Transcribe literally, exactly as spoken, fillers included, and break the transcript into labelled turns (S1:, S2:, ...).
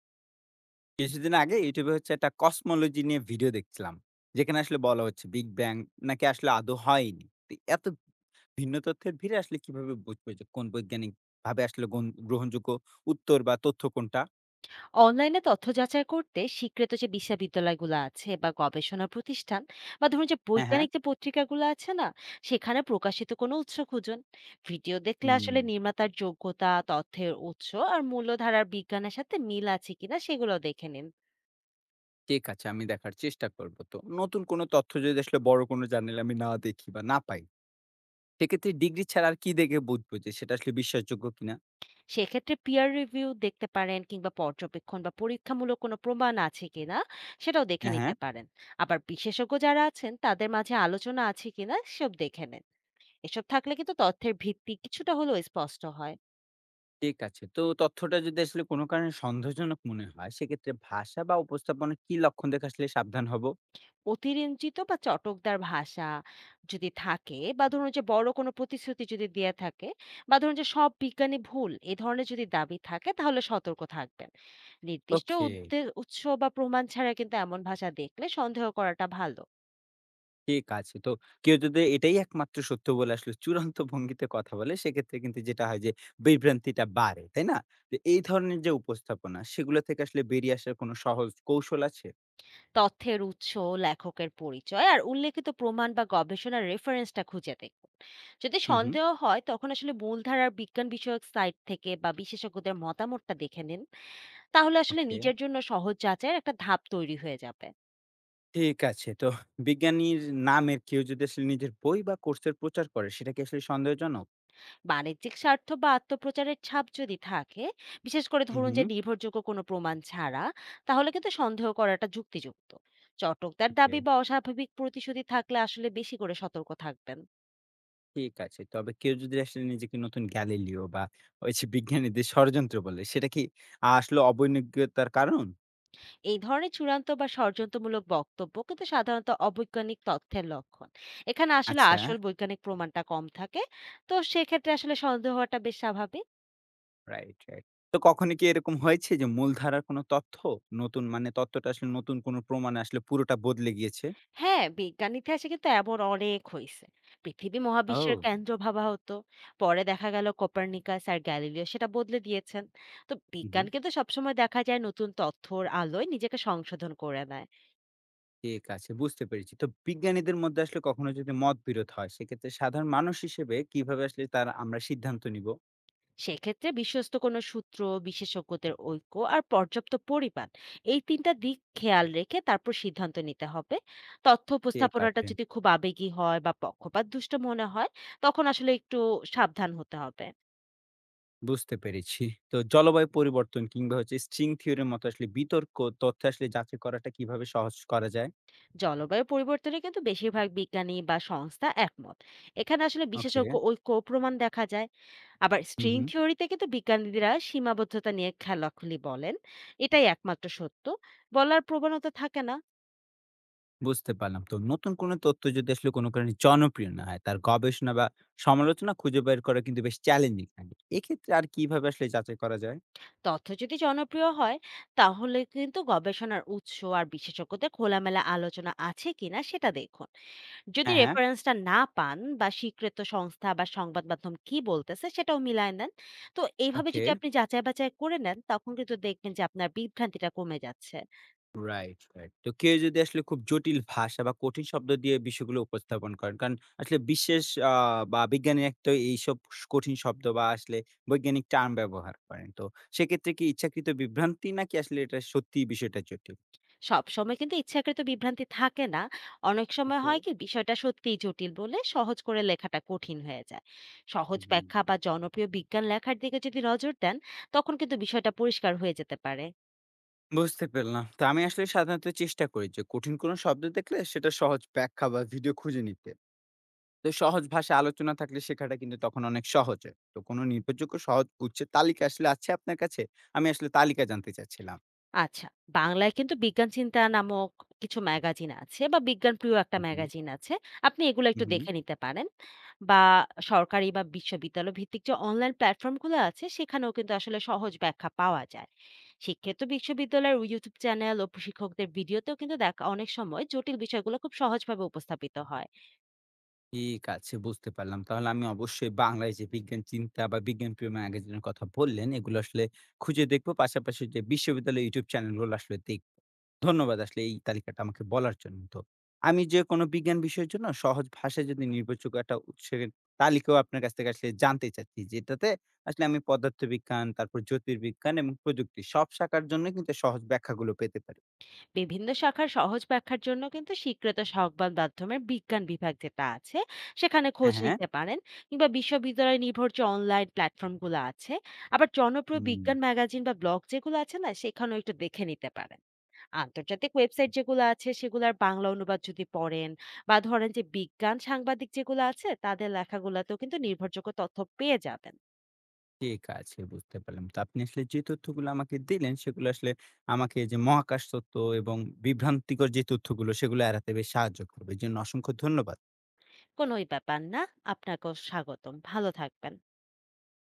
S1: কিছুদিন আগে ইউটিউবে হচ্ছে একটা কসমোলজি নিয়ে ভিডিও দেখছিলাম যেখানে আসলে বলা হচ্ছে বিগ ব্যাং নাকি আসলে আদৌ হয়নি। তো এত ভিন্ন তথ্যের ভিড়ে আসলে কিভাবে বুঝবে যে কোন বৈজ্ঞানিক ভাবে আসলে গণ- গ্রহণযোগ্য উত্তর বা তথ্য কোনটা?
S2: অনলাইনে তথ্য যাচাই করতে স্বীকৃত যে বিশ্ববিদ্যালয়গুলো আছে বা গবেষণা প্রতিষ্ঠান বা ধরুন যে
S1: হ্যাঁ, হ্যাঁ।
S2: বৈজ্ঞানিক যে পত্রিকাগুলো আছে না, সেখানে প্রকাশিত কোনো উৎস খুঁজুন। ভিডিও দেখলে
S1: হুম।
S2: আসলে নির্মাতার যোগ্যতা, তথ্যের উৎস আর মূল্যধারার বিজ্ঞানের সাথে মিল আছে কিনা সেগুলো দেখে নিন।
S1: ঠিক আছে, আমি দেখার চেষ্টা করব। তো নতুন কোনো তথ্য যদি আসলে বড় কোনো জার্নাল আমি না দেখি বা না পাই, সেক্ষেত্রে ডিগ্রি ছাড়া আর কি দেখে বুঝবো যে সেটা আসলে বিশ্বাসযোগ্য কিনা?
S2: সেক্ষেত্রে পিয়ার রিভিউ দেখতে পারেন, কিংবা পর্যবেক্ষণ বা পরীক্ষামূলক কোনো প্রমাণ আছে কিনা সেটাও দেখে
S1: হ্যাঁ,
S2: নিতে
S1: হ্যাঁ।
S2: পারেন। আবার বিশেষজ্ঞ যারা আছেন তাদের মাঝে আলোচনা আছে কিনা সব দেখে নিন। এসব থাকলে কিন্তু তথ্যের ভিত্তি কিছুটা হলেও স্পষ্ট হয়।
S1: ঠিক আছে। তো তথ্যটা যদি আসলে কোনো কারণে সন্দেহজনক মনে হয়, সেক্ষেত্রে ভাষা বা উপস্থাপনা কি লক্ষণ দেখে আসলে সাবধান হব?
S2: অতিরঞ্জিত বা চটকদার ভাষা যদি থাকে, বা ধরুন যে বড় কোনো প্রতিশ্রুতি যদি দেয়া থাকে, বা ধরুন যে সব বিজ্ঞানী ভুল এ ধরনের যদি দাবি থাকে, তাহলে সতর্ক থাকবেন। নির্দিষ্ট
S1: ওকে,
S2: উদ্দে- উৎস বা প্রমাণ ছাড়া কিন্তু এমন ভাষা দেখলে সন্দেহ করাটা ভালো।
S1: ঠিক আছে। তো কেউ যদি এটাই একমাত্র সত্য বলে আসলে চূড়ান্ত ভঙ্গিতে কথা বলে, সেক্ষেত্রে কিন্তু যেটা হয় যে বিভ্রান্তিটা বাড়ে, তাই না? তো এই ধরনের যে উপস্থাপনা, সেগুলো থেকে আসলে বেরিয়ে আসার কোনো সহজ কৌশল আছে?
S2: তথ্যের উৎস, লেখকের পরিচয় আর উল্লেখিত প্রমাণ বা গবেষণার রেফারেন্সটা খুঁজে দেখুন। যদি
S1: হুম, হুম।
S2: সন্দেহ হয়, তখন আসলে মূলধারার বিজ্ঞান বিষয়ক সাইট থেকে বা বিশেষজ্ঞদের মতামতটা দেখে নিন। তাহলে আসলে
S1: ওকে,
S2: নিজের জন্য সহজ যাচাইয়ের একটা ধাপ তৈরি হয়ে যাবে।
S1: ঠিক আছে। তো বিজ্ঞানীর নামের কেউ যদি আসলে নিজের বই বা কোর্সের প্রচার করে, সেটা কি আসলে সন্দেহজনক?
S2: বাণিজ্যিক স্বার্থ বা আত্মপ্রচারের ছাপ যদি থাকে, বিশেষ করে
S1: হুম,
S2: ধরুন যে
S1: হুম।
S2: নির্ভরযোগ্য কোনো প্রমাণ ছাড়া, তাহলে কিন্তু সন্দেহ করাটা যুক্তিযুক্ত। চটকদার
S1: ওকে।
S2: দাবি বা অস্বাভাবিক প্রতিশ্রুতি থাকলে আসলে বেশি করে সতর্ক থাকবেন।
S1: ঠিক আছে। তবে কেউ যদি আসলে নিজেকে নতুন গ্যালিলিও বা ওই যে বিজ্ঞানীদের ষড়যন্ত্র বলে, সেটা কি আ আসলে অবৈজ্ঞতার কারণ?
S2: এই ধরনের চূড়ান্ত বা ষড়যন্ত্রমূলক বক্তব্য কিন্তু সাধারণত অবৈজ্ঞানিক তথ্যের লক্ষণ। এখানে আসলে
S1: আচ্ছা।
S2: আসল বৈজ্ঞানিক প্রমাণটা কম থাকে। তো সেক্ষেত্রে আসলে সন্দেহ হওয়াটা বেশ স্বাভাবিক।
S1: Right, right. তো কখনো কি এরকম হয়েছে যে মূলধারার কোনো তথ্য নতুন মানে তথ্যটা আসলে নতুন কোনো প্রমাণে আসলে পুরোটা বদলে গিয়েছে?
S2: হ্যাঁ, বিজ্ঞান ইতিহাসে কিন্তু এমন অনেক হয়েছে। পৃথিবী মহাবিশ্বের
S1: ও!
S2: কেন্দ্র ভাবা হতো, পরে দেখা গেল কোপার্নিকাস আর গ্যালিলিও সেটা বদলে দিয়েছেন। তো
S1: হুম,
S2: বিজ্ঞান
S1: হুম।
S2: কিন্তু সবসময় দেখা যায় নতুন তথ্যর আলোয় নিজেকে সংশোধন করে নেয়।
S1: ঠিক আছে, বুঝতে পেরেছি। তো বিজ্ঞানীদের মধ্যে আসলে কখনো যদি মতবিরোধ হয়, সেক্ষেত্রে সাধারণ মানুষ হিসেবে কিভাবে আসলে তার আমরা সিদ্ধান্ত নিব?
S2: সেক্ষেত্রে বিশ্বস্ত কোনো সূত্র, বিশেষজ্ঞদের ঐক্য আর পর্যাপ্ত পরিমাণ, এই তিনটা দিক খেয়াল রেখে তারপর সিদ্ধান্ত নিতে হবে। তথ্য
S1: ঠিক
S2: উপস্থাপনাটা
S1: আছে।
S2: যদি খুব আবেগী হয় বা পক্ষপাত দুষ্ট মনে হয়, তখন আসলে একটু সাবধান হতে হবে।
S1: বুঝতে পেরেছি। তো জলবায়ু পরিবর্তন কিংবা হচ্ছে স্ট্রিং থিওরির মতো আসলে বিতর্ক তথ্য আসলে যাচাই করাটা কিভাবে সহজ করা যায়?
S2: জলবায়ু পরিবর্তনে কিন্তু বেশিরভাগ বিজ্ঞানী বা সংস্থা একমত। এখানে আসলে
S1: ওকে।
S2: বিশেষজ্ঞ ঐক্য ও প্রমাণ দেখা যায়। আবার
S1: হুম,
S2: স্ট্রিং
S1: হুম।
S2: থিওরিতে কিন্তু বিজ্ঞানীরা সীমাবদ্ধতা নিয়ে খেলাখুলি বলেন। এটাই একমাত্র সত্য বলার প্রবণতা থাকে না।
S1: বুঝতে পারলাম। তো নতুন কোনো তথ্য যদি আসলে কোনো কারণে জনপ্রিয় না হয়, তার গবেষণা বা সমালোচনা খুঁজে বের করা কিন্তু বেশ চ্যালেঞ্জিং লাগে। এক্ষেত্রে আর কিভাবে আসলে যাচাই করা যায়?
S2: তথ্য যদি জনপ্রিয় হয়, তাহলে কিন্তু গবেষণার উৎস আর বিশেষজ্ঞদের খোলামেলা আলোচনা আছে কিনা সেটা দেখুন। যদি
S1: হ্যাঁ, হ্যাঁ।
S2: রেফারেন্সটা না পান, বা স্বীকৃত সংস্থা বা সংবাদ মাধ্যম কি বলতেছে সেটাও মিলায় নেন। তো এইভাবে
S1: ওকে।
S2: যদি আপনি যাচাই বাছাই করে নেন, তখন কিন্তু দেখবেন যে আপনার বিভ্রান্তিটা কমে যাচ্ছে।
S1: Right, right. তো কেউ যদি আসলে খুব জটিল ভাষা বা কঠিন শব্দ দিয়ে বিষয়গুলো উপস্থাপন করেন। কারণ আসলে বিশেষ আ বা বিজ্ঞানীরা তো এইসব স কঠিন শব্দ বা আসলে বৈজ্ঞানিক টার্ম ব্যবহার করেন। তো সেক্ষেত্রে কি ইচ্ছাকৃত বিভ্রান্তি নাকি আসলে এটা সত্যিই বিষয়টা জটিল?
S2: সব সময় কিন্তু ইচ্ছাকৃত বিভ্রান্তি থাকে না। অনেক সময়
S1: ওকে।
S2: হয় কি, বিষয়টা সত্যিই জটিল বলে সহজ করে লেখাটা কঠিন হয়ে যায়। সহজ
S1: হুম।
S2: ব্যাখ্যা বা জনপ্রিয় বিজ্ঞান লেখার দিকে যদি নজর দেন, তখন কিন্তু বিষয়টা পরিষ্কার হয়ে যেতে পারে।
S1: বুঝতে পারলাম। তো আমি আসলে সাধারণত চেষ্টা করি যে কঠিন কোনো শব্দ দেখলে সেটা সহজ ব্যাখ্যা বা ভিডিও খুঁজে নিতে। তো সহজ ভাষায় আলোচনা থাকলে শেখাটা কিন্তু তখন অনেক সহজ হয়। তো কোনো নির্ভরযোগ্য সহজ উৎসের তালিকা আসলে আছে আপনার কাছে? আমি আসলে তালিকা জানতে চাচ্ছিলাম।
S2: আচ্ছা, বাংলায় কিন্তু বিজ্ঞান চিন্তা নামক কিছু ম্যাগাজিন আছে, বা বিজ্ঞান প্রিয় একটা
S1: হু, হু।
S2: ম্যাগাজিন আছে। আপনি এগুলো
S1: হু,
S2: একটু
S1: হু।
S2: দেখে নিতে পারেন। বা সরকারি বা বিশ্ববিদ্যালয় ভিত্তিক যে অনলাইন প্ল্যাটফর্ম গুলো আছে সেখানেও কিন্তু আসলে সহজ ব্যাখ্যা পাওয়া যায়। শিক্ষিত বিশ্ববিদ্যালয়ের ইউটিউব চ্যানেল ও প্রশিক্ষকদের ভিডিওতেও কিন্তু দেখা অনেক সময় জটিল বিষয়গুলো খুব সহজভাবে উপস্থাপিত হয়।
S1: ঠিক আছে, বুঝতে পারলাম। তাহলে আমি অবশ্যই বাংলায় যে বিজ্ঞান চিন্তা বা বিজ্ঞান প্রিয় ম্যাগাজিনের কথা বললেন, এগুলো আসলে খুঁজে দেখবো। পাশাপাশি যে বিশ্ববিদ্যালয়ের ইউটিউব চ্যানেলগুলো আসলে দেখবো। ধন্যবাদ আসলে এই তালিকাটা আমাকে বলার জন্য। তো আমি যে কোনো বিজ্ঞান বিষয়ের জন্য সহজ ভাষায় যদি নির্ভরযোগ্য একটা উৎসের তালিকাও আপনার কাছ থেকে আসলে জানতে চাচ্ছি। যেটাতে আসলে আমি পদার্থবিজ্ঞান, তারপর জ্যোতির্বিজ্ঞান এবং প্রযুক্তি সব শাখার জন্য কিন্তু সহজ ব্যাখ্যাগুলো পেতে পারি।
S2: বিভিন্ন শাখার সহজ ব্যাখ্যার জন্য কিন্তু স্বীকৃত সংবাদ মাধ্যমের বিজ্ঞান বিভাগ যেটা আছে, সেখানে
S1: হ্যাঁ,
S2: খোঁজ
S1: হ্যাঁ।
S2: নিতে পারেন। কিংবা বিশ্ববিদ্যালয় নির্ভর যে অনলাইন প্ল্যাটফর্মগুলো আছে, আবার জনপ্রিয়
S1: হুম।
S2: বিজ্ঞান ম্যাগাজিন বা ব্লগ যেগুলো আছে না, সেখানেও একটু দেখে নিতে পারেন। আন্তর্জাতিক ওয়েবসাইট যেগুলো আছে সেগুলোর বাংলা অনুবাদ যদি পড়েন, বা ধরেন যে বিজ্ঞান সাংবাদিক যেগুলো আছে তাদের লেখাগুলোতেও কিন্তু নির্ভরযোগ্য তথ্য পেয়ে যাবেন।
S1: ঠিক আছে, বুঝতে পারলাম। তো আপনি আসলে যে তথ্যগুলো আমাকে দিলেন, সেগুলো আসলে আমাকে যে মহাকাশ তত্ত্ব এবং বিভ্রান্তিকর যে তথ্যগুলো, সেগুলো এড়াতে বেশ সাহায্য করবে। এজন্য অসংখ্য ধন্যবাদ।
S2: কোনোই ব্যাপার না। আপনাকেও স্বাগতম, ভালো থাকবেন।